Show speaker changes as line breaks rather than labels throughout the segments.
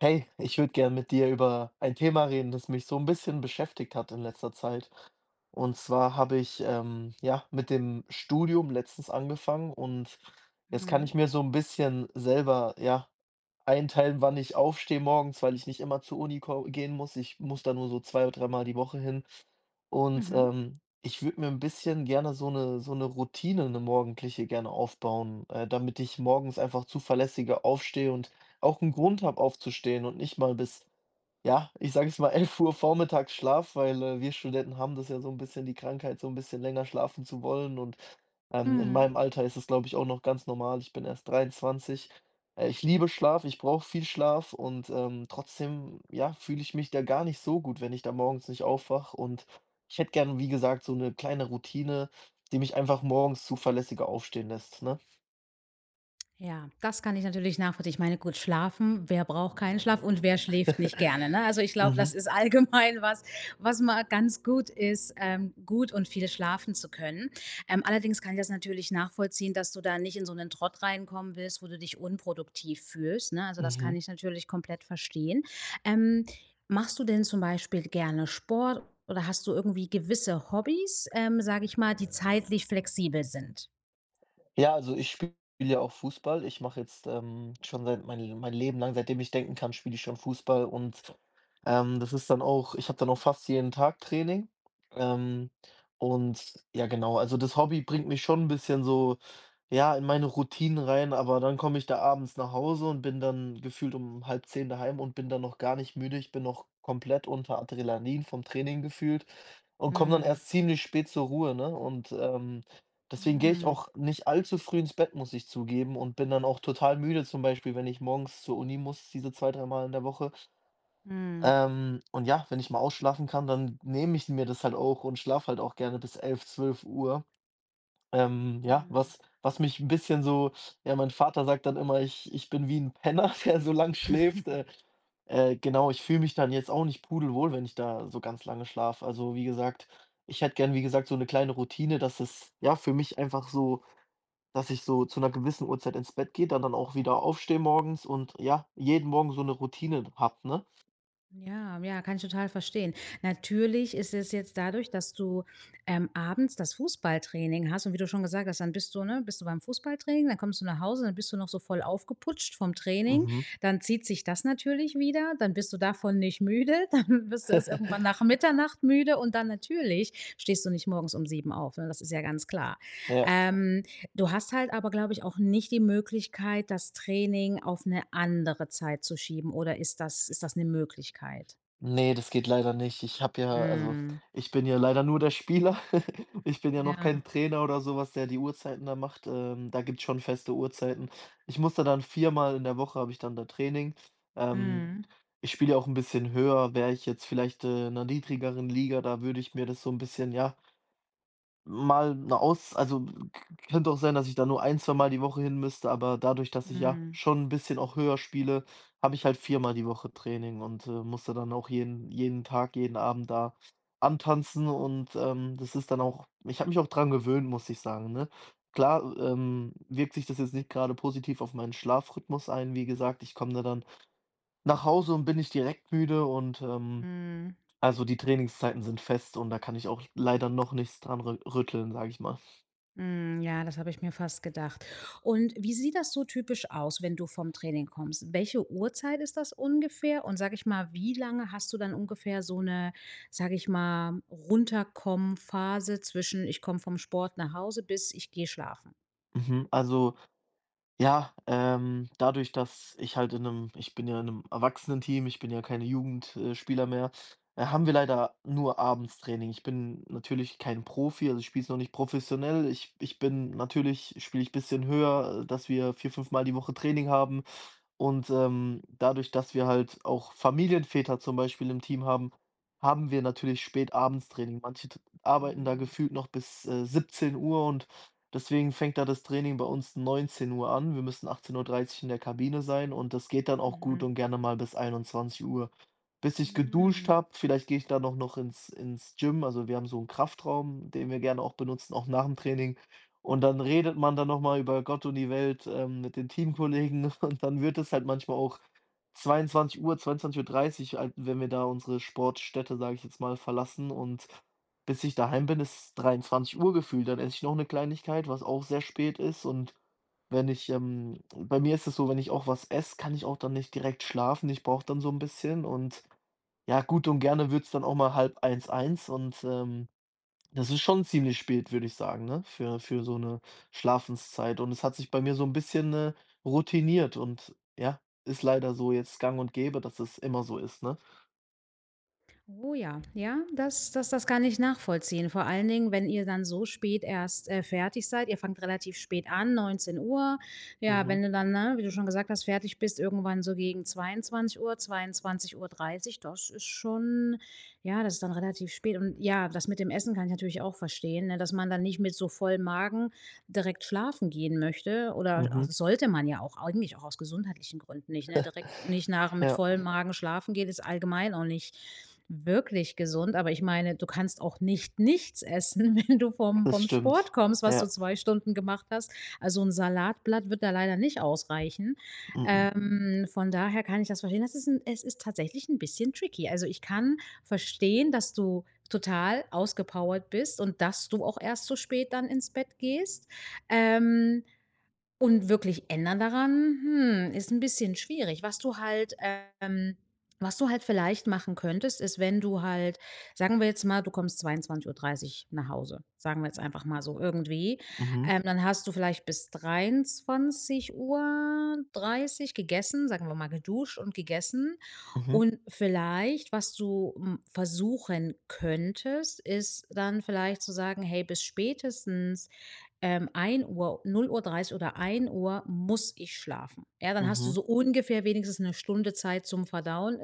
Hey, ich würde gern mit dir über ein Thema reden, das mich so ein bisschen beschäftigt hat in letzter Zeit. Und zwar habe ich, ja, mit dem Studium letztens angefangen. Und jetzt kann
Mhm.
ich mir so ein bisschen selber, ja, einteilen, wann ich aufstehe morgens, weil ich nicht immer zur Uni ko gehen muss. Ich muss da nur so 2 oder 3 Mal die Woche hin. Und,
Mhm.
ich würde mir ein bisschen gerne so eine Routine, eine morgendliche, gerne aufbauen, damit ich morgens einfach zuverlässiger aufstehe und auch einen Grund habe aufzustehen und nicht mal bis, ja, ich sage es mal, 11 Uhr vormittags Schlaf, weil, wir Studenten haben das ja so ein bisschen die Krankheit, so ein bisschen länger schlafen zu wollen. Und, in
Mhm.
meinem Alter ist es, glaube ich, auch noch ganz normal. Ich bin erst 23. Ich liebe Schlaf, ich brauche viel Schlaf. Und, trotzdem, ja, fühle ich mich da gar nicht so gut, wenn ich da morgens nicht aufwache. Und ich hätte gerne, wie gesagt, so eine kleine Routine, die mich einfach morgens zuverlässiger aufstehen lässt, ne?
Ja, das kann ich natürlich nachvollziehen. Ich meine, gut, schlafen, wer braucht keinen Schlaf und wer schläft nicht gerne, ne? Also, ich glaube, das
Mhm,
ist allgemein was, was mal ganz gut ist, gut und viel schlafen zu können. Allerdings kann ich das natürlich nachvollziehen, dass du da nicht in so einen Trott reinkommen willst, wo du dich unproduktiv fühlst, ne? Also, das kann
mhm.
ich natürlich komplett verstehen. Ähm Machst du denn zum Beispiel gerne Sport oder hast du irgendwie gewisse Hobbys, sage ich mal, die zeitlich flexibel sind?
Ja, also ich spiele ja auch Fußball. Ich mache jetzt schon seit, mein Leben lang, seitdem ich denken kann, spiele ich schon Fußball. Und, das ist dann auch, ich habe dann auch fast jeden Tag Training. Ähm, und ja, genau, also das Hobby bringt mich schon ein bisschen so, ja, in meine Routinen rein, aber dann komme ich da abends nach Hause und bin dann gefühlt um halb zehn daheim und bin dann noch gar nicht müde. Ich bin noch komplett unter Adrenalin vom Training gefühlt und komme dann
Mhm.
erst ziemlich spät zur Ruhe, ne? Deswegen gehe ich
Mhm.
auch nicht allzu früh ins Bett, muss ich zugeben, und bin dann auch total müde, zum Beispiel, wenn ich morgens zur Uni muss, diese 2 3 Mal in der Woche.
Mhm.
Und ja, wenn ich mal ausschlafen kann, dann nehme ich mir das halt auch und schlafe halt auch gerne bis 11, 12:00.
Ja.
Ja, was mich ein bisschen so, ja, mein Vater sagt dann immer, ich bin wie ein Penner, der so lang schläft. Genau, ich fühle mich dann jetzt auch nicht pudelwohl, wenn ich da so ganz lange schlafe. Also, wie gesagt, ich hätte gern, wie gesagt, so eine kleine Routine, dass es, ja, für mich einfach so, dass ich so zu einer gewissen Uhrzeit ins Bett gehe, dann auch wieder aufstehe morgens und, ja, jeden Morgen so eine Routine habe, ne?
Ja, ja, kann ich total verstehen. Natürlich ist es jetzt dadurch, dass du, abends das Fußballtraining hast, und wie du schon gesagt hast, dann bist du beim Fußballtraining, dann kommst du nach Hause, dann bist du noch so voll aufgeputscht vom Training,
Mhm.
dann zieht sich das natürlich wieder, dann bist du davon nicht müde, dann bist du erst irgendwann nach Mitternacht müde und dann natürlich stehst du nicht morgens um 7 auf, ne? Das ist ja ganz klar.
Ja.
Ähm, Du hast halt aber, glaube ich, auch nicht die Möglichkeit, das Training auf eine andere Zeit zu schieben, oder ist das eine Möglichkeit?
Ne, das geht leider nicht. Ich habe ja, also,
Mhm.
ich bin ja leider nur der Spieler. Ich bin ja noch
Ja.
kein Trainer oder sowas, der die Uhrzeiten da macht. Da gibt's schon feste Uhrzeiten. Ich muss da dann, viermal in der Woche habe ich dann da Training. Ähm,
Mhm.
ich spiele ja auch ein bisschen höher. Wäre ich jetzt vielleicht, in 'ner niedrigeren Liga, da würde ich mir das so ein bisschen, ja, Mal 'ne Aus, also, k könnte auch sein, dass ich da nur ein, zwei Mal die Woche hin müsste, aber dadurch, dass ich ja
Mhm.
schon ein bisschen auch höher spiele, habe ich halt viermal die Woche Training und, muss dann auch jeden Tag, jeden Abend da antanzen. Und, das ist dann auch, ich habe mich auch dran gewöhnt, muss ich sagen, ne? Klar, wirkt sich das jetzt nicht gerade positiv auf meinen Schlafrhythmus ein. Wie gesagt, ich komme da dann nach Hause und bin nicht direkt müde. Und,
Mhm.
also, die Trainingszeiten sind fest und da kann ich auch leider noch nichts dran rü rütteln, sage ich mal.
Mhm. Ja, das habe ich mir fast gedacht. Und wie sieht das so typisch aus, wenn du vom Training kommst? Welche Uhrzeit ist das ungefähr? Und sag ich mal, wie lange hast du dann ungefähr so eine, sag ich mal, Runterkommen-Phase zwischen ich komme vom Sport nach Hause bis ich gehe schlafen?
Mhm. Also, ja, dadurch, dass ich halt in einem, ich bin ja in 'nem Erwachsenenteam, ich bin ja keine Jugendspieler mehr, haben wir leider nur abends. Ich bin natürlich kein Profi, also ich spiele es noch nicht professionell. Ich bin natürlich, spiele ich ein bisschen höher, dass wir 4 5 Mal die Woche Training haben. Und, dadurch, dass wir halt auch Familienväter zum Beispiel im Team haben, haben wir natürlich spät abends. Manche t arbeiten da gefühlt noch bis, 17 Uhr. Und deswegen fängt da das Training bei uns 19 Uhr an. Wir müssen 18:30 in der Kabine sein und das geht dann auch gut
Mhm.
und gerne mal bis 21 Uhr. Bis ich geduscht
Hm.
habe, vielleicht gehe ich dann noch ins Gym. Also, wir haben so einen Kraftraum, den wir gerne auch benutzen, auch nach dem Training. Und dann redet man dann noch mal über Gott und die Welt, mit den Teamkollegen. Und dann wird es halt manchmal auch 22:00, 22:30, halt, wenn wir da unsere Sportstätte, sage ich jetzt mal, verlassen. Und bis ich daheim bin, ist 23 Uhr gefühlt. Dann esse ich noch 'ne Kleinigkeit, was auch sehr spät ist. Und wenn ich, bei mir ist es so, wenn ich auch was esse, kann ich auch dann nicht direkt schlafen. Ich brauche dann so 'n bisschen. Und, ja, gut und gerne wird's dann auch mal halb eins, eins. Und, das ist schon ziemlich spät, würde ich sagen, ne, für so 'ne Schlafenszeit. Und es hat sich bei mir so 'n bisschen, routiniert. Und, ja, ist leider so jetzt gang und gäbe, dass es immer so ist, ne?
Oh ja, ja, das kann ich nachvollziehen. Vor allen Dingen, wenn ihr dann so spät erst, fertig seid. Ihr fangt relativ spät an, 19 Uhr. Ja,
Mhm,
wenn du dann, ne, wie du schon gesagt hast, fertig bist irgendwann so gegen zweiundzwanzig Uhr, 22:30 Uhr, das ist schon, ja, das ist dann relativ spät. Und ja, das mit dem Essen kann ich natürlich auch verstehen, ne, dass man dann nicht mit so vollem Magen direkt schlafen gehen möchte, oder a
mhm,
sollte man ja auch eigentlich auch aus gesundheitlichen Gründen nicht, ne? Direkt nicht nach mit
ja,
vollem Magen schlafen gehen ist allgemein auch nicht wirklich gesund, aber ich meine, du kannst auch nicht nichts essen, wenn du vom
das
vom Sport
stimmt.
kommst, was du
Ja,
2 Stunden gemacht hast. Also, ein Salatblatt wird da leider nicht ausreichen.
mhm,
Von daher kann ich das verstehen. Das ist 'n es ist tatsächlich ein bisschen tricky. Also, ich kann verstehen, dass du total ausgepowert bist und dass du auch erst so spät dann ins Bett gehst. Ähm, und wirklich ändern daran, ist ein bisschen schwierig. Ähm was du halt vielleicht machen könntest, ist, wenn du halt, sagen wir jetzt mal, du kommst 22:30 nach Hause. Sagen wir jetzt einfach mal so irgendwie.
mhm.
Dann hast du vielleicht bis 23:30 gegessen, sagen wir mal, geduscht und gegessen.
Mhm,
Und vielleicht, was du, versuchen könntest, ist dann vielleicht zu sagen: „Hey, bis spätestens" 1 Uhr, 0:30 Uhr oder 1 Uhr muss ich schlafen. Ja, dann hast du
mhm.
so ungefähr wenigstens 1 Stunde Zeit zum Verdauen.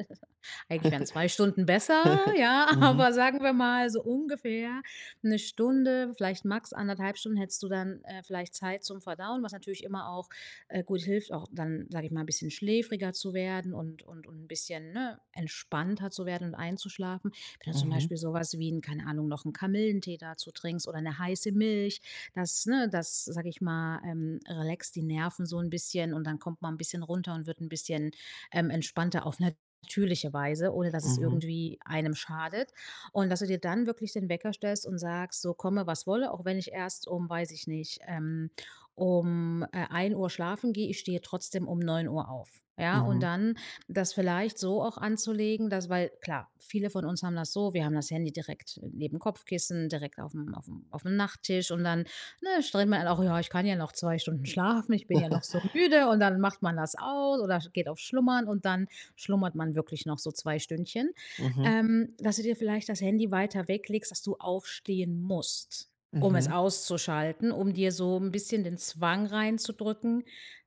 Eigentlich wären 2 Stunden besser, ja,
Mhm,
aber sagen wir mal so ungefähr 1 Stunde, vielleicht max anderthalb Stunden hättest du dann, vielleicht Zeit zum Verdauen, was natürlich immer auch, gut hilft, auch dann, sage ich mal, ein bisschen schläfriger zu werden und ein bisschen, ne, entspannter zu werden und einzuschlafen. Wenn du zum
mhm,
Beispiel sowas wie ein, keine Ahnung, noch 'n Kamillentee dazu trinkst oder eine heiße Milch, das, sage ich mal, relaxt die Nerven so ein bisschen und dann kommt man ein bisschen runter und wird ein bisschen, entspannter auf 'ner natürliche Weise, ohne dass es
mhm,
irgendwie einem schadet. Und dass du dir dann wirklich den Wecker stellst und sagst, so komme, was wolle, auch wenn ich erst um, weiß ich nicht, um 1 Uhr schlafen gehe, ich stehe trotzdem um 9 Uhr auf. Ja, und
mhm,
dann das vielleicht so auch anzulegen, dass, weil klar, viele von uns haben das so, wir haben das Handy direkt neben Kopfkissen, direkt auf dem Nachttisch, und dann, ne, strengt man auch, ja, ich kann ja noch 2 Stunden schlafen, ich bin ja noch so müde, und dann macht man das aus oder geht auf Schlummern und dann schlummert man wirklich noch so 2 Stündchen,
mhm,
dass du dir vielleicht das Handy weiter weglegst, dass du aufstehen musst, um es
mhm,
auszuschalten, um dir so ein bisschen den Zwang reinzudrücken,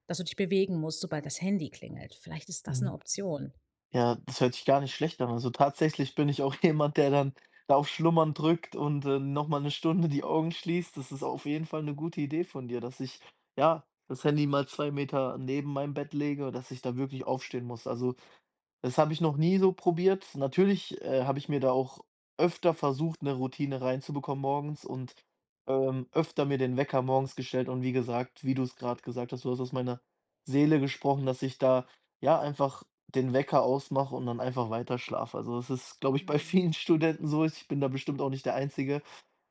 dass du dich bewegen musst, sobald das Handy klingelt. Vielleicht ist das eine
mhm.
Option.
Ja, das hört sich gar nicht schlecht an. Also, tatsächlich bin ich auch jemand, der dann da auf Schlummern drückt und, noch mal 'ne Stunde die Augen schließt. Das ist auf jeden Fall eine gute Idee von dir, dass ich, ja, das Handy mal 2 Meter neben meinem Bett lege, dass ich da wirklich aufstehen muss. Also, das habe ich noch nie so probiert. Natürlich, habe ich mir da auch öfter versucht, eine Routine reinzubekommen morgens. Und, öfter mir den Wecker morgens gestellt. Und wie gesagt, wie du es gerade gesagt hast, du hast aus meiner Seele gesprochen, dass ich da, ja, einfach den Wecker ausmache und dann einfach weiter schlafe. Also, das ist, glaube ich, bei
Mhm.
vielen Studenten so. Ich bin da bestimmt auch nicht der Einzige.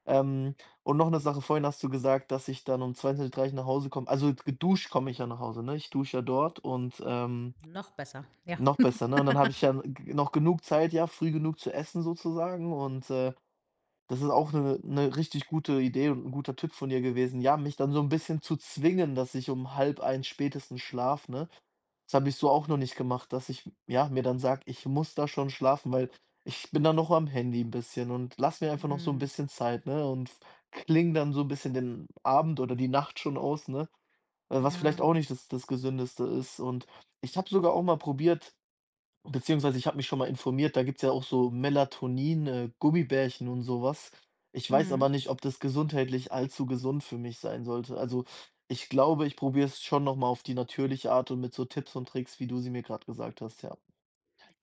Ähm, und noch eine Sache, vorhin hast du gesagt, dass ich dann um 22:30 nach Hause komme. Also, geduscht komme ich ja nach Hause, ne? Ich dusche ja dort und,
Noch besser, ja.
noch besser, ne? Und dann habe ich ja g noch genug Zeit, ja, früh genug zu essen sozusagen. Und, das ist auch eine 'ne richtig gute Idee und ein guter Tipp von dir gewesen, ja, mich dann so ein bisschen zu zwingen, dass ich um 1:30 spätestens schlafe, ne? Das habe ich so auch noch nicht gemacht, dass ich, ja, mir dann sage: „Ich muss da schon schlafen", weil ich bin dann noch am Handy ein bisschen und lass mir einfach noch so ein
Mhm.
bisschen Zeit, ne, und f klinge dann so ein bisschen den Abend oder die Nacht schon aus, ne, was vielleicht
Ja.
auch nicht das Gesündeste ist. Und ich habe sogar auch mal probiert. Beziehungsweise, ich habe mich schon mal informiert, da gibt's ja auch so Melatonin, Gummibärchen und sowas. Ich weiß aber
Mhm.
nicht, ob das gesundheitlich allzu gesund für mich sein sollte. Also, ich glaube, ich probiere es schon noch mal auf die natürliche Art und mit so Tipps und Tricks, wie du sie mir gerade gesagt hast, ja.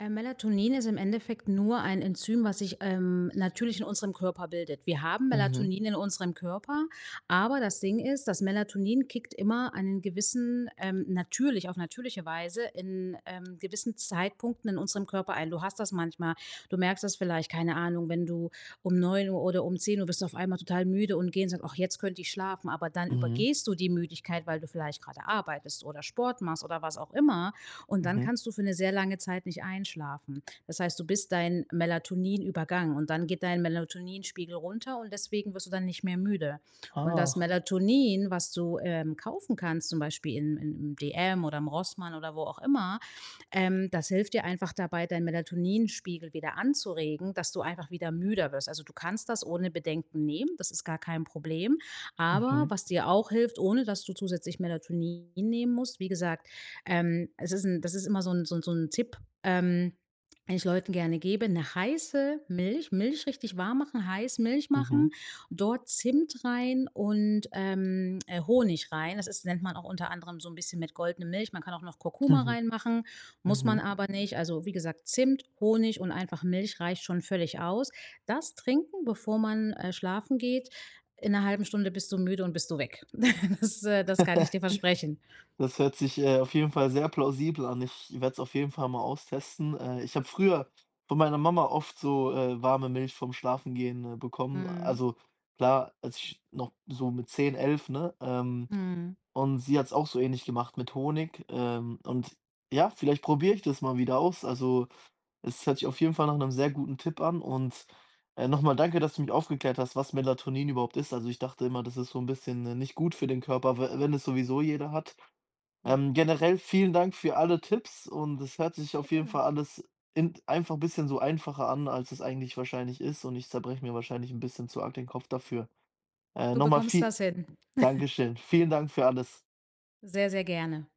Melatonin ist im Endeffekt nur ein Enzym, was sich natürlich in unserem Körper bildet. Wir haben
Mhm.
Melatonin in unserem Körper, aber das Ding ist, das Melatonin kickt immer einen gewissen, natürlich, auf natürliche Weise, in gewissen Zeitpunkten in unserem Körper ein. Du hast das manchmal, du merkst das vielleicht, keine Ahnung, wenn du um 9 Uhr oder um 10 Uhr bist du auf einmal total müde und gehst und sagst, ach, jetzt könnte ich schlafen, aber dann
Mhm,
übergehst du die Müdigkeit, weil du vielleicht gerade arbeitest oder Sport machst oder was auch immer. Und dann
mhm.
kannst du für eine sehr lange Zeit nicht einschlafen. Das heißt, du bist dein Melatonin übergangen und dann geht dein Melatoninspiegel runter und deswegen wirst du dann nicht mehr müde. Und das
Ah,
Melatonin, was du kaufen kannst, zum Beispiel im DM oder im Rossmann oder wo auch immer, das hilft dir einfach dabei, deinen Melatoninspiegel wieder anzuregen, dass du einfach wieder müder wirst. Also, du kannst das ohne Bedenken nehmen, das ist gar kein Problem. Aber
mhm,
was dir auch hilft, ohne dass du zusätzlich Melatonin nehmen musst, wie gesagt, das ist immer so ein, so ein Tipp. Ähm, den ich Leuten gerne gebe: eine heiße Milch, Milch richtig warm machen, heiß Milch
mhm,
machen, dort Zimt rein und Honig rein. Das ist, nennt man auch unter anderem so ein bisschen, mit goldene Milch. Man kann auch noch Kurkuma
mhm,
reinmachen, muss man
mhm.
aber nicht. Also, wie gesagt, Zimt, Honig und einfach Milch reicht schon völlig aus. Das trinken, bevor man, schlafen geht. In einer halben Stunde bist du müde und bist du weg. Das kann ich dir versprechen.
Das hört sich, auf jeden Fall sehr plausibel an. Ich werde es auf jeden Fall mal austesten. Ich habe früher von meiner Mama oft so, warme Milch vom Schlafengehen, bekommen.
Mhm,
Also, klar, als ich noch so mit 10, 11, ne? Ähm,
mhm.
und sie hat es auch so ähnlich gemacht mit Honig. Und ja, vielleicht probiere ich das mal wieder aus. Also, es hört sich auf jeden Fall nach einem sehr guten Tipp an. Und, noch danke, dass du mich aufgeklärt hast, was Melatonin überhaupt ist. Also, ich dachte immer, das ist so ein bisschen, nicht gut für den Körper, we wenn es sowieso jeder hat.
Ja,
Generell vielen Dank für alle Tipps und es hört sich
sehr
auf jeden
gerne.
Fall alles in einfach ein bisschen so einfacher an, als es eigentlich wahrscheinlich ist und ich zerbreche mir wahrscheinlich ein bisschen zu arg den Kopf dafür.
Du
Noch
bekommst
viel
das hin.
Dankeschön. Vielen Dank für alles.
Sehr, sehr gerne.